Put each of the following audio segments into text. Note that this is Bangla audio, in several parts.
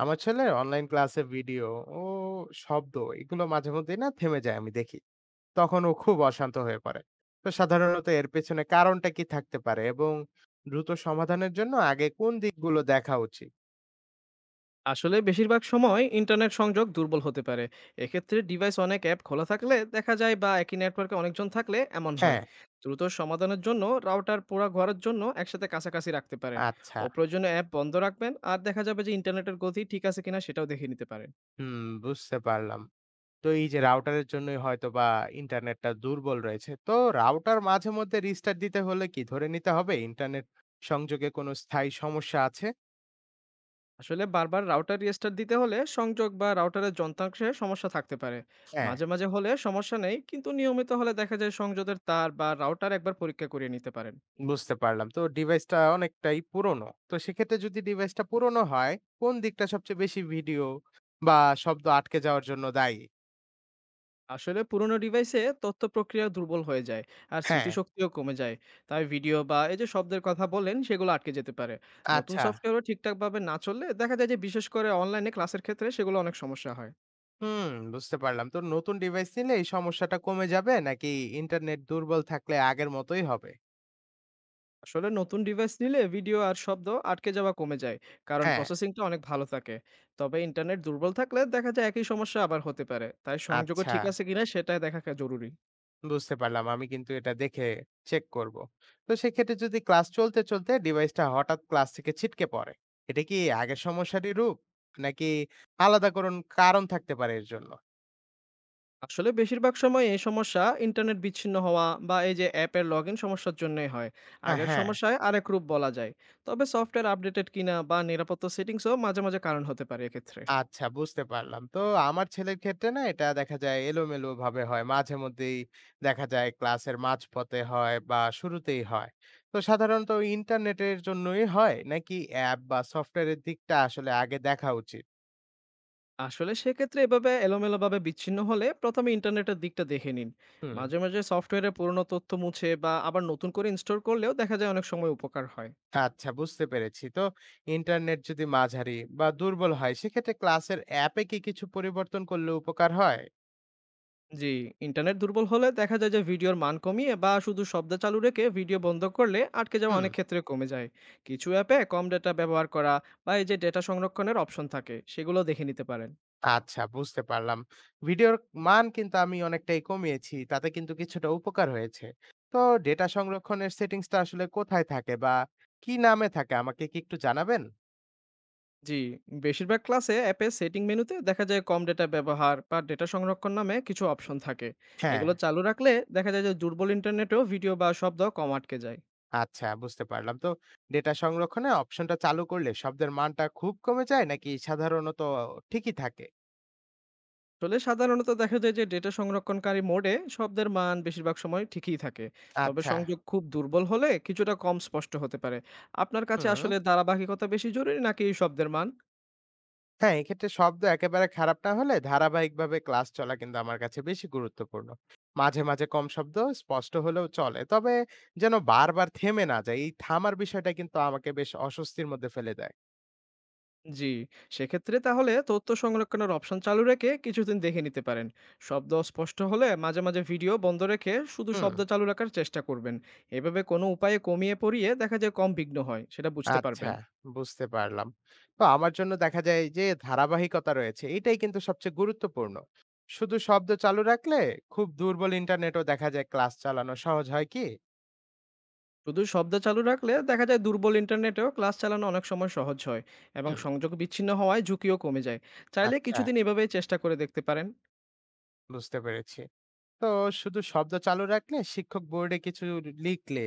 আমার ছেলের অনলাইন ক্লাসে ভিডিও ও শব্দ এগুলো মাঝে মধ্যেই না থেমে যায় আমি দেখি, তখন ও খুব অশান্ত হয়ে পড়ে। তো সাধারণত এর পেছনে কারণটা কি থাকতে পারে এবং দ্রুত সমাধানের জন্য আগে কোন দিকগুলো দেখা উচিত? আসলে বেশিরভাগ সময় ইন্টারনেট সংযোগ দুর্বল হতে পারে। এক্ষেত্রে ডিভাইস অনেক অ্যাপ খোলা থাকলে দেখা যায় বা একই নেটওয়ার্কে অনেকজন থাকলে এমন হয়। হ্যাঁ। দ্রুত সমাধানের জন্য রাউটার পুরো ঘরের জন্য একসাথে কাছাকাছি রাখতে পারেন। আচ্ছা। অপ্রয়োজনীয় অ্যাপ বন্ধ রাখবেন আর দেখা যাবে যে ইন্টারনেটের গতি ঠিক আছে কিনা সেটাও দেখে নিতে পারেন। হুম, বুঝতে পারলাম। তো এই যে রাউটারের জন্যই হয়তো বা ইন্টারনেটটা দুর্বল রয়েছে, তো রাউটার মাঝে মধ্যে রিস্টার্ট দিতে হলে কি ধরে নিতে হবে ইন্টারনেট সংযোগে কোনো স্থায়ী সমস্যা আছে? আসলে বারবার রাউটার রিস্টার্ট দিতে হলে সংযোগ বা রাউটারের যন্ত্রাংশে সমস্যা থাকতে পারে। হ্যাঁ। মাঝে মাঝে হলে সমস্যা নেই, কিন্তু নিয়মিত হলে দেখা যায় সংযোগের তার বা রাউটার একবার পরীক্ষা করিয়ে নিতে পারেন। বুঝতে পারলাম। তো ডিভাইসটা অনেকটাই পুরনো। তো সেক্ষেত্রে যদি ডিভাইসটা পুরনো হয়, কোন দিকটা সবচেয়ে বেশি ভিডিও বা শব্দ আটকে যাওয়ার জন্য দায়ী? আসলে পুরোনো ডিভাইসে তথ্য প্রক্রিয়া দুর্বল হয়ে যায় আর হ্যাঁ। স্মৃতিশক্তিও কমে যায়। তাই ভিডিও বা এই যে শব্দের কথা বলেন সেগুলো আটকে যেতে পারে। নতুন আচ্ছা। সফটওয়্যারও ঠিকঠাকভাবে না চললে দেখা যায় যে বিশেষ করে অনলাইনে ক্লাসের ক্ষেত্রে সেগুলো অনেক সমস্যা হয়। হুম, বুঝতে পারলাম। তো নতুন ডিভাইস নিলে এই সমস্যাটা কমে যাবে নাকি ইন্টারনেট দুর্বল থাকলে আগের মতোই হবে? আসলে নতুন ডিভাইস নিলে ভিডিও আর শব্দ আটকে যাওয়া কমে যায়, কারণ হ্যাঁ। প্রসেসিংটা অনেক ভালো থাকে। তবে ইন্টারনেট দুর্বল থাকলে দেখা যায় একই সমস্যা আবার হতে পারে, তাই সংযোগও আচ্ছা। ঠিক আছে কিনা সেটা দেখা জরুরি। বুঝতে পারলাম। আমি কিন্তু এটা দেখে চেক করব। তো সেক্ষেত্রে যদি ক্লাস চলতে, চলতে ডিভাইসটা হঠাৎ ক্লাস থেকে ছিটকে পড়ে, এটা কি আগের সমস্যারই রূপ? নাকি আলাদা কোন কারণ থাকতে পারে এর জন্য? আসলে বেশিরভাগ সময় এই সমস্যা ইন্টারনেট বিচ্ছিন্ন হওয়া বা এই যে অ্যাপের লগ ইন সমস্যার জন্যই হয়। আ আগের হ্যাঁ। সমস্যায় আরেক রূপ বলা যায়। তবে সফটওয়্যার আপডেটেড কিনা বা নিরাপত্তা সেটিংসও মাঝে মাঝে কারণ হতে পারে এক্ষেত্রে। আচ্ছা, বুঝতে পারলাম। তো আমার ছেলের ক্ষেত্রে না এটা দেখা যায় এলোমেলোভাবে হয়। মাঝেমধ্যেই দেখা যায় ক্লাসের মাঝপথে হয় বা শুরুতেই হয়। তো সাধারণত ইন্টারনেটের জন্যই হয়? নাকি অ্যাপ বা সফটওয়্যারের দিকটা আসলে আগে দেখা উচিত? আসলে সেক্ষেত্রে এভাবে এলোমেলোভাবে বিচ্ছিন্ন হলে প্রথমে ইন্টারনেটের দিকটা দেখে নিন। হুম। মাঝে মাঝে সফটওয়্যারের পুরনো তথ্য মুছে বা আবার নতুন করে ইনস্টল করলেও দেখা যায় অনেক সময় উপকার হয়। আচ্ছা, বুঝতে পেরেছি। তো ইন্টারনেট যদি মাঝারি বা দুর্বল হয় সেক্ষেত্রে ক্লাসের অ্যাপে কি কিছু পরিবর্তন করলে উপকার হয়? জি, ইন্টারনেট দুর্বল হলে দেখা যায় যে ভিডিওর মান কমিয়ে বা শুধু শব্দ চালু রেখে ভিডিও বন্ধ করলে আটকে যাওয়া হুম। অনেক ক্ষেত্রে কমে যায়। কিছু অ্যাপে কম ডেটা ব্যবহার করা বা এই যে ডেটা সংরক্ষণের অপশন থাকে সেগুলো দেখে নিতে পারেন। আচ্ছা, বুঝতে পারলাম। ভিডিওর মান কিন্তু আমি অনেকটাই কমিয়েছি। তাতে কিন্তু কিছুটা উপকার হয়েছে। তো ডেটা সংরক্ষণের সেটিংসটা আসলে কোথায় থাকে বা কি নামে থাকে আমাকে কি একটু জানাবেন? জি, বেশিরভাগ ক্লাসে অ্যাপের সেটিং মেনুতে দেখা যায় কম ডেটা ব্যবহার বা ডেটা সংরক্ষণ নামে কিছু অপশন থাকে। হ্যাঁ। এগুলো চালু রাখলে দেখা যায় যে দুর্বল ইন্টারনেটেও ভিডিও বা শব্দ কম আটকে যায়। আচ্ছা, বুঝতে পারলাম। তো ডেটা সংরক্ষণে অপশনটা চালু করলে শব্দের মানটা খুব কমে যায় নাকি সাধারণত ঠিকই থাকে? আসলে সাধারণত দেখা যায় যে ডেটা সংরক্ষণকারী মোডে শব্দের মান বেশিরভাগ সময় ঠিকই থাকে। তবে আচ্ছা। সংযোগ খুব দুর্বল হলে কিছুটা কম স্পষ্ট হতে পারে। আপনার কাছে হুম। আসলে ধারাবাহিকতা বেশি জরুরি নাকি শব্দের মান? হ্যাঁ, এক্ষেত্রে শব্দ একেবারে খারাপ না হলে ধারাবাহিকভাবে ক্লাস চলা কিন্তু আমার কাছে বেশি গুরুত্বপূর্ণ। মাঝে মাঝে কম শব্দ স্পষ্ট হলেও চলে। তবে যেন বারবার থেমে না যায়। এই থামার বিষয়টা কিন্তু আমাকে বেশ অস্বস্তির মধ্যে ফেলে দেয়। জি, সেক্ষেত্রে তাহলে তথ্য সংরক্ষণের অপশন চালু রেখে কিছুদিন দেখে নিতে পারেন। শব্দ স্পষ্ট হলে মাঝে মাঝে ভিডিও বন্ধ রেখে শুধু হুম। শব্দ চালু রাখার চেষ্টা করবেন। এভাবে কোনো উপায়ে কমিয়ে পড়িয়ে দেখা যায় কম বিঘ্ন হয় সেটা বুঝতে আচ্ছা, পারবেন। বুঝতে পারলাম। তো আমার জন্য দেখা যায় যে ধারাবাহিকতা রয়েছে এটাই কিন্তু সবচেয়ে গুরুত্বপূর্ণ। শুধু শব্দ চালু রাখলে খুব দুর্বল ইন্টারনেটও দেখা যায় ক্লাস চালানো সহজ হয় কি? শুধু শব্দ চালু রাখলে দেখা যায় দুর্বল ইন্টারনেটেও ক্লাস চালানো অনেক সময় সহজ হয় এবং হুম। সংযোগ বিচ্ছিন্ন হওয়ায় ঝুঁকিও কমে যায়। চাইলে আচ্ছা, কিছুদিন এভাবেই চেষ্টা করে দেখতে পারেন। বুঝতে পেরেছি। তো শুধু শব্দ চালু রাখলে শিক্ষক বোর্ডে কিছু লিখলে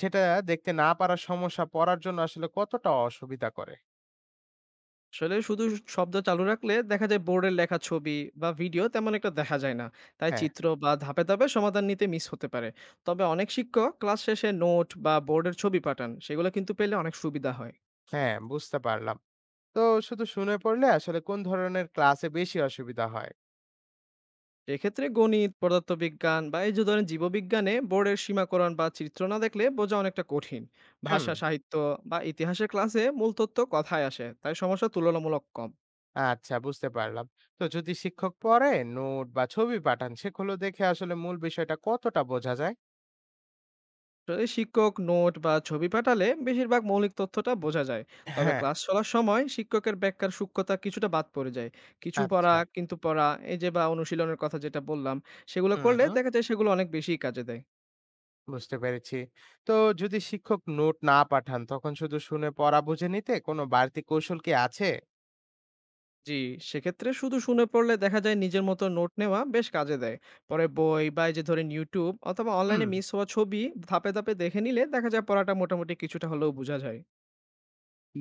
সেটা দেখতে না পারার সমস্যা পড়ার জন্য আসলে কতটা অসুবিধা করে? আসলে শুধু শব্দ চালু রাখলে দেখা যায় বোর্ডের লেখা, ছবি বা ভিডিও তেমন একটা দেখা যায় না। তাই হ্যাঁ। চিত্র বা ধাপে ধাপে সমাধান নিতে মিস হতে পারে। তবে অনেক শিক্ষক ক্লাস শেষে নোট বা বোর্ডের ছবি পাঠান, সেগুলো কিন্তু পেলে অনেক সুবিধা হয়। হ্যাঁ, বুঝতে পারলাম। তো শুধু শুনে পড়লে আসলে কোন ধরনের ক্লাসে বেশি অসুবিধা হয়? এক্ষেত্রে গণিত, পদার্থবিজ্ঞান বা এই যে ধরেন জীববিজ্ঞানে বোর্ডের সীমাকরণ বা চিত্র না দেখলে বোঝা অনেকটা কঠিন। হুম। ভাষা, সাহিত্য বা ইতিহাসের ক্লাসে মূল তথ্য কথায় আসে, তাই সমস্যা তুলনামূলক কম। আচ্ছা, বুঝতে পারলাম। তো যদি শিক্ষক পড়ে নোট বা ছবি পাঠান সেগুলো দেখে আসলে মূল বিষয়টা কতটা বোঝা যায়? যদি শিক্ষক নোট বা ছবি পাঠালে বেশিরভাগ মৌলিক তথ্যটা বোঝা যায়। তবে হ্যাঁ। ক্লাস চলার সময় শিক্ষকের ব্যাখ্যার সূক্ষ্মতা কিছুটা বাদ পড়ে যায়। কিছু পড়া আচ্ছা। কিন্তু পড়া এই যে বা অনুশীলনের কথা যেটা বললাম, সেগুলো করলে হুম, দেখা যায় সেগুলো অনেক বেশি কাজে দেয়। বুঝতে পেরেছি। তো যদি শিক্ষক নোট না পাঠান তখন শুধু শুনে পড়া বুঝে নিতে কোনো বাড়তি কৌশল কি আছে? জি, সেক্ষেত্রে শুধু শুনে পড়লে দেখা যায় নিজের মতো নোট নেওয়া বেশ কাজে দেয়। পরে বই বা এই যে ধরেন ইউটিউব অথবা হুম। অনলাইনে মিস হওয়া ছবি ধাপে ধাপে দেখে নিলে দেখা যায় পড়াটা মোটামুটি কিছুটা হলেও বোঝা যায়।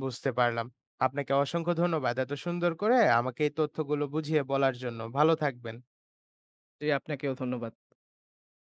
বুঝতে পারলাম। আপনাকে অসংখ্য ধন্যবাদ। এত সুন্দর করে আমাকে এই তথ্যগুলো বুঝিয়ে বলার জন্য। ভালো থাকবেন। জি, আপনাকেও ধন্যবাদ।